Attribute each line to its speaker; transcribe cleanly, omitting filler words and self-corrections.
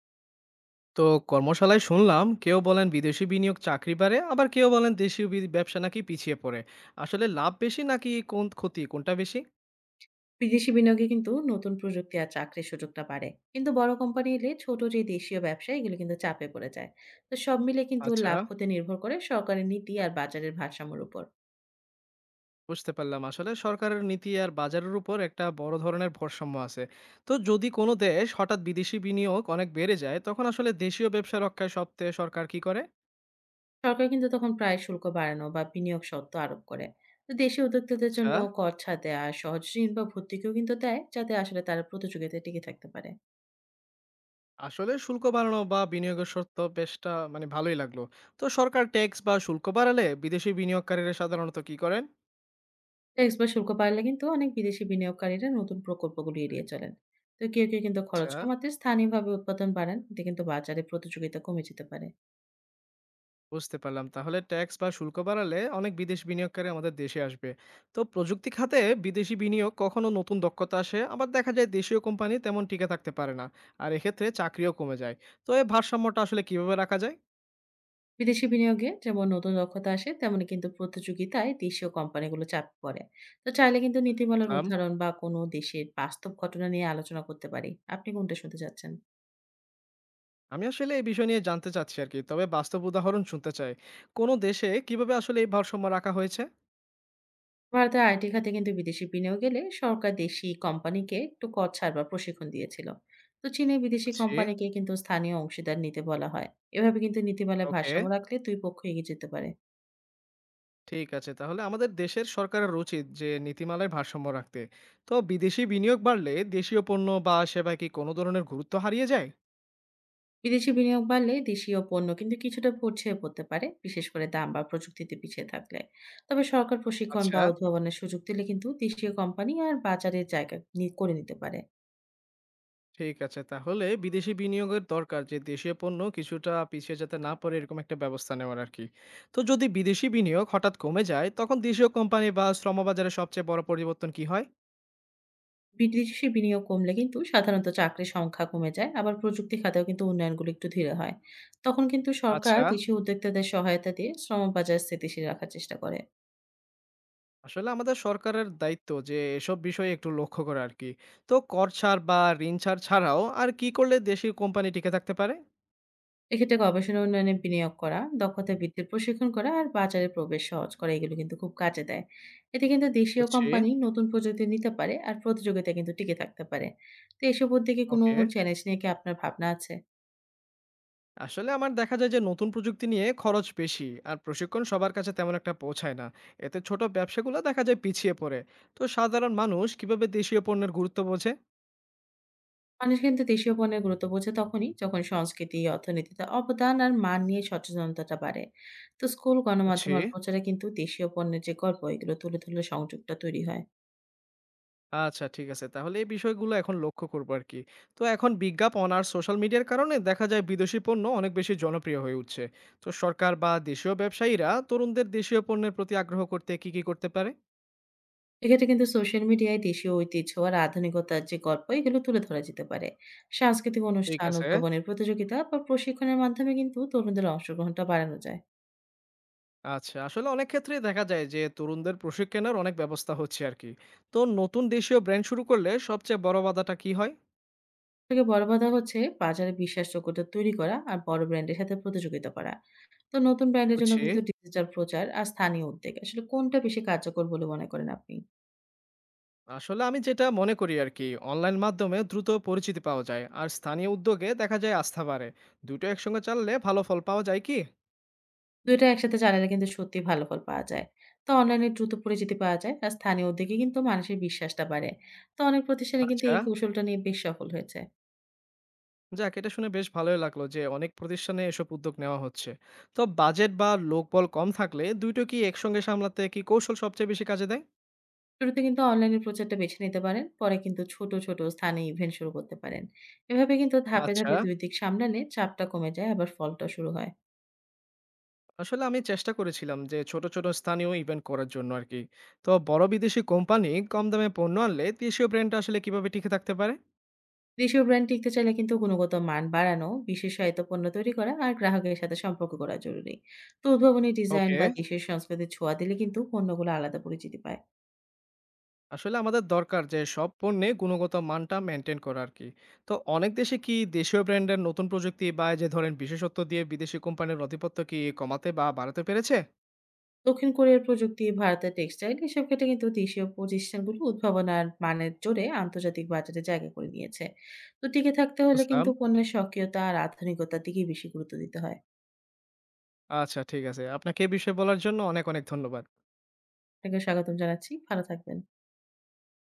Speaker 1: তো কর্মশালায় শুনলাম কেউ বলেন বিদেশি বিনিয়োগ চাকরি বাড়ে আবার কেউ বলেন দেশীয় ব্যবসা নাকি পিছিয়ে পড়ে। আসলে লাভ বেশি নাকি কোন ক্ষতি কোনটা বেশি?
Speaker 2: বিদেশি বিনিয়োগে কিন্তু নতুন প্রযুক্তি আর চাকরির সুযোগটা বাড়ে, কিন্তু বড় কোম্পানি এলে ছোট যে দেশীয় ব্যবসা এগুলো কিন্তু চাপে পড়ে যায়। তো সব মিলে কিন্তু
Speaker 1: আচ্ছা,
Speaker 2: লাভ হতে নির্ভর করে সরকারের নীতি আর বাজারের ভারসাম্যের উপর।
Speaker 1: বুঝতে পারলাম আসলে সরকারের নীতি আর বাজারের উপর একটা বড় ধরনের ভারসাম্য আছে। তো যদি কোনো দেশ হঠাৎ বিদেশি বিনিয়োগ অনেক বেড়ে যায় তখন আসলে দেশীয় ব্যবসা রক্ষায় সপ্তাহে সরকার কি করে?
Speaker 2: সরকার কিন্তু তখন প্রায় শুল্ক বাড়ানো বা বিনিয়োগ শর্ত আরোপ করে। তো দেশি উদ্যোক্তাদের
Speaker 1: আচ্ছা,
Speaker 2: জন্য কর ছাড় দেয়া, সহজ ঋণ বা ভর্তুকিও কিন্তু দেয়, যাতে আসলে তারা প্রতিযোগিতায় টিকে থাকতে পারে।
Speaker 1: আসলে শুল্ক বাড়ানো বা বিনিয়োগের শর্ত বেশটা মানে ভালোই লাগলো। তো সরকার ট্যাক্স বা শুল্ক বাড়ালে বিদেশি বিনিয়োগকারীরা সাধারণত কি করেন?
Speaker 2: ট্যাক্স বা শুল্ক বাড়লে কিন্তু অনেক বিদেশি বিনিয়োগকারীরা নতুন প্রকল্পগুলো এড়িয়ে চলেন। তো কেউ কেউ কিন্তু খরচ
Speaker 1: আচ্ছা,
Speaker 2: কমাতে স্থানীয়ভাবে উৎপাদন বাড়ান, এতে কিন্তু বাজারে প্রতিযোগিতা কমে যেতে পারে।
Speaker 1: বুঝতে পারলাম। তাহলে ট্যাক্স বা শুল্ক বাড়ালে অনেক বিদেশ বিনিয়োগকারী আমাদের দেশে আসবে। তো প্রযুক্তি খাতে বিদেশি বিনিয়োগ কখনো নতুন দক্ষতা আসে, আবার দেখা যায় দেশীয় কোম্পানি তেমন টিকে থাকতে পারে না। আর এক্ষেত্রে চাকরিও কমে যায়। তো এই ভারসাম্যটা আসলে কিভাবে রাখা যায়?
Speaker 2: বিদেশি বিনিয়োগে যেমন নতুন দক্ষতা আসে, তেমনি কিন্তু প্রতিযোগিতায় দেশীয় কোম্পানিগুলো চাপ পড়ে। তো চাইলে কিন্তু নীতিমালার
Speaker 1: লাম,
Speaker 2: উদাহরণ বা কোনো দেশের বাস্তব ঘটনা নিয়ে আলোচনা করতে পারি। আপনি কোনটা শুনতে চাচ্ছেন?
Speaker 1: আমি আসলে এই বিষয় নিয়ে জানতে চাচ্ছি আরকি। তবে বাস্তব উদাহরণ শুনতে চাই। কোন দেশে কিভাবে আসলে এই ভারসাম্য রাখা হয়েছে?
Speaker 2: ভারতের আইটি খাতে কিন্তু বিদেশি বিনিয়োগ এলে সরকার দেশি কোম্পানিকে একটু কর ছাড় বা প্রশিক্ষণ দিয়েছিল। তো চীনে বিদেশি
Speaker 1: বুঝছি।
Speaker 2: কোম্পানিকে কিন্তু স্থানীয় অংশীদার নিতে বলা হয়। এভাবে কিন্তু নীতিমালায়
Speaker 1: ওকে।
Speaker 2: ভারসাম্য রাখলে দুই পক্ষ এগিয়ে যেতে পারে।
Speaker 1: ঠিক আছে। তাহলে আমাদের দেশের সরকারের উচিত যে নীতিমালায় ভারসাম্য রাখতে। তো বিদেশি বিনিয়োগ বাড়লে দেশীয় পণ্য বা সেবা কি কোনো ধরনের গুরুত্ব হারিয়ে যায়?
Speaker 2: বিদেশি বিনিয়োগ বাড়লে দেশীয় পণ্য কিন্তু কিছুটা পড়তে পারে, বিশেষ করে দাম বা প্রযুক্তিতে পিছিয়ে থাকলে। তবে সরকার প্রশিক্ষণ
Speaker 1: আচ্ছা,
Speaker 2: বা উদ্ভাবনের সুযোগ দিলে কিন্তু দেশীয় কোম্পানি আর বাজারের জায়গা করে নিতে পারে।
Speaker 1: ঠিক আছে। তাহলে বিদেশি বিনিয়োগের দরকার যে দেশীয় পণ্য কিছুটা পিছিয়ে যেতে না পারে এরকম একটা ব্যবস্থা নেওয়ার আরকি। তো যদি বিদেশি বিনিয়োগ হঠাৎ কমে যায় তখন দেশীয় কোম্পানি বা শ্রমবাজারে সবচেয়ে বড় পরিবর্তন কি হয়?
Speaker 2: বিদেশি বিনিয়োগ কমলে কিন্তু সাধারণত চাকরির সংখ্যা কমে যায়, আবার প্রযুক্তি খাতেও কিন্তু উন্নয়নগুলো একটু ধীরে হয়। তখন কিন্তু সরকার
Speaker 1: আচ্ছা।
Speaker 2: দেশীয় উদ্যোক্তাদের সহায়তা দিয়ে শ্রম বাজার স্থিতিশীল রাখার চেষ্টা করে।
Speaker 1: আসলে আমাদের সরকারের দায়িত্ব যে এসব বিষয়ে একটু লক্ষ্য করা আর কি। তো কর ছাড় বা ঋণ ছাড় ছাড়াও আর কি করলে দেশি কোম্পানি টিকে থাকতে পারে?
Speaker 2: এক্ষেত্রে গবেষণা উন্নয়নে বিনিয়োগ করা, দক্ষতা বৃদ্ধির প্রশিক্ষণ করা আর বাজারে প্রবেশ সহজ করা, এগুলো কিন্তু খুব কাজে দেয়। এতে কিন্তু দেশীয়
Speaker 1: বুঝছি।
Speaker 2: কোম্পানি নতুন প্রযুক্তি নিতে পারে আর প্রতিযোগিতা কিন্তু টিকে থাকতে পারে। তো এসব উদ্যোগে কোনো
Speaker 1: ওকে।
Speaker 2: চ্যালেঞ্জ নিয়ে কি আপনার ভাবনা আছে?
Speaker 1: আসলে আমার দেখা যায় যে নতুন প্রযুক্তি নিয়ে খরচ বেশি, আর প্রশিক্ষণ সবার কাছে তেমন একটা পৌঁছায় না। এতে ছোট ব্যবসাগুলো দেখা যায় পিছিয়ে পড়ে। তো সাধারণ মানুষ কিভাবে দেশীয় পণ্যের গুরুত্ব বোঝে?
Speaker 2: মানুষ কিন্তু দেশীয় পণ্যের গুরুত্ব বোঝে তখনই, যখন সংস্কৃতি, অর্থনীতিতে অবদান আর মান নিয়ে সচেতনতাটা বাড়ে। তো স্কুল, গণমাধ্যম
Speaker 1: বুঝছি।
Speaker 2: আর প্রচারে কিন্তু দেশীয় পণ্যের যে গল্প, এগুলো তুলে ধরলে সংযোগটা তৈরি হয়।
Speaker 1: আচ্ছা, ঠিক আছে। তাহলে এই বিষয়গুলো এখন লক্ষ্য করব আরকি। তো এখন বিজ্ঞাপন আর সোশ্যাল মিডিয়ার কারণে দেখা যায় বিদেশি পণ্য অনেক বেশি জনপ্রিয় হয়ে উঠছে। তো সরকার বা দেশীয় ব্যবসায়ীরা তরুণদের দেশীয় পণ্যের প্রতি আগ্রহ করতে কি করতে পারে?
Speaker 2: এক্ষেত্রে কিন্তু সোশ্যাল মিডিয়ায় দেশীয় ঐতিহ্য আর আধুনিকতার যে গল্প, এগুলো তুলে ধরা যেতে পারে। সাংস্কৃতিক
Speaker 1: ঠিক
Speaker 2: অনুষ্ঠান,
Speaker 1: আছে।
Speaker 2: উদ্ভাবনের প্রতিযোগিতা বা প্রশিক্ষণের মাধ্যমে কিন্তু তরুণদের অংশগ্রহণটা বাড়ানো যায়।
Speaker 1: আচ্ছা, আসলে অনেক ক্ষেত্রেই দেখা যায় যে তরুণদের প্রশিক্ষণের অনেক ব্যবস্থা হচ্ছে আরকি। তো নতুন দেশীয় ব্র্যান্ড শুরু করলে সবচেয়ে বড় বাধাটা কি হয়?
Speaker 2: থেকে বড় বাধা হচ্ছে বাজারে বিশ্বাসযোগ্যতা তৈরি করা আর বড় ব্র্যান্ডের সাথে প্রতিযোগিতা করা। তো নতুন ব্র্যান্ডের জন্য
Speaker 1: বুঝছি।
Speaker 2: কিন্তু ডিজিটাল প্রচার আর স্থানীয় উদ্যোগ, আসলে কোনটা বেশি কার্যকর বলে মনে করেন আপনি?
Speaker 1: আসলে আমি যেটা মনে করি আর কি, অনলাইন মাধ্যমে দ্রুত পরিচিতি পাওয়া যায় আর স্থানীয় উদ্যোগে দেখা যায় আস্থা বাড়ে। দুটো একসঙ্গে চাললে ভালো ফল পাওয়া যায় কি?
Speaker 2: দুইটা একসাথে চালালে কিন্তু সত্যি ভালো ফল পাওয়া যায়। তো অনলাইনে দ্রুত পরিচিতি পাওয়া যায় আর স্থানীয় উদ্যোগে কিন্তু মানুষের বিশ্বাসটা বাড়ে। তো অনেক প্রতিষ্ঠানে কিন্তু
Speaker 1: আচ্ছা,
Speaker 2: এই কৌশলটা নিয়ে বেশ সফল হয়েছে।
Speaker 1: যাক এটা শুনে বেশ ভালোই লাগলো যে অনেক প্রতিষ্ঠানে এসব উদ্যোগ নেওয়া হচ্ছে। তো বাজেট বা লোকবল কম থাকলে দুটো কি একসঙ্গে সামলাতে কি কৌশল সবচেয়ে বেশি কাজে দেয়?
Speaker 2: শুরুতে কিন্তু অনলাইনের প্রচারটা বেছে নিতে পারেন, পরে কিন্তু ছোট স্থানীয় ইভেন্ট শুরু করতে পারেন। এভাবে কিন্তু ধাপে,
Speaker 1: আচ্ছা,
Speaker 2: ধাপে ২ দিক সামলালে চাপটা কমে যায়, আবার ফলটাও শুরু হয়।
Speaker 1: আসলে আমি চেষ্টা করেছিলাম যে ছোট ছোট স্থানীয় ইভেন্ট করার জন্য আর কি। তো বড় বিদেশি কোম্পানি কম দামে পণ্য আনলে দেশীয় ব্র্যান্ডটা আসলে কিভাবে টিকে থাকতে পারে?
Speaker 2: দেশীয় ব্র্যান্ড টিকতে চাইলে কিন্তু গুণগত মান বাড়ানো, বিশেষায়িত পণ্য তৈরি করা আর গ্রাহকের সাথে সম্পর্ক করা জরুরি। তো উদ্ভাবনী ডিজাইন
Speaker 1: ওকে।
Speaker 2: বা দেশের সংস্কৃতির ছোঁয়া দিলে কিন্তু পণ্যগুলো আলাদা পরিচিতি পায়।
Speaker 1: আসলে আমাদের দরকার যে সব পণ্যে গুণগত মানটা মেনটেন করা আর কি। তো অনেক দেশে কি দেশীয় ব্র্যান্ডের নতুন প্রযুক্তি বা এই যে ধরেন বিশেষত্ব দিয়ে বিদেশি কোম্পানির আধিপত্য কি কমাতে বা বাড়াতে পেরেছে?
Speaker 2: দক্ষিণ কোরিয়ার প্রযুক্তি, ভারতের টেক্সটাইল, এসব ক্ষেত্রে কিন্তু দেশীয় প্রতিষ্ঠানগুলো উদ্ভাবন আর মানের জোরে আন্তর্জাতিক বাজারে জায়গা করে নিয়েছে। তো টিকে থাকতে হলে
Speaker 1: বুঝলাম।
Speaker 2: কিন্তু পণ্যের স্বকীয়তা আর আধুনিকতার দিকে বেশি গুরুত্ব দিতে হয়।
Speaker 1: আচ্ছা ঠিক আছে, আপনাকে এই বিষয়ে বলার জন্য অনেক অনেক ধন্যবাদ।
Speaker 2: আপনাকে স্বাগতম জানাচ্ছি। ভালো থাকবেন।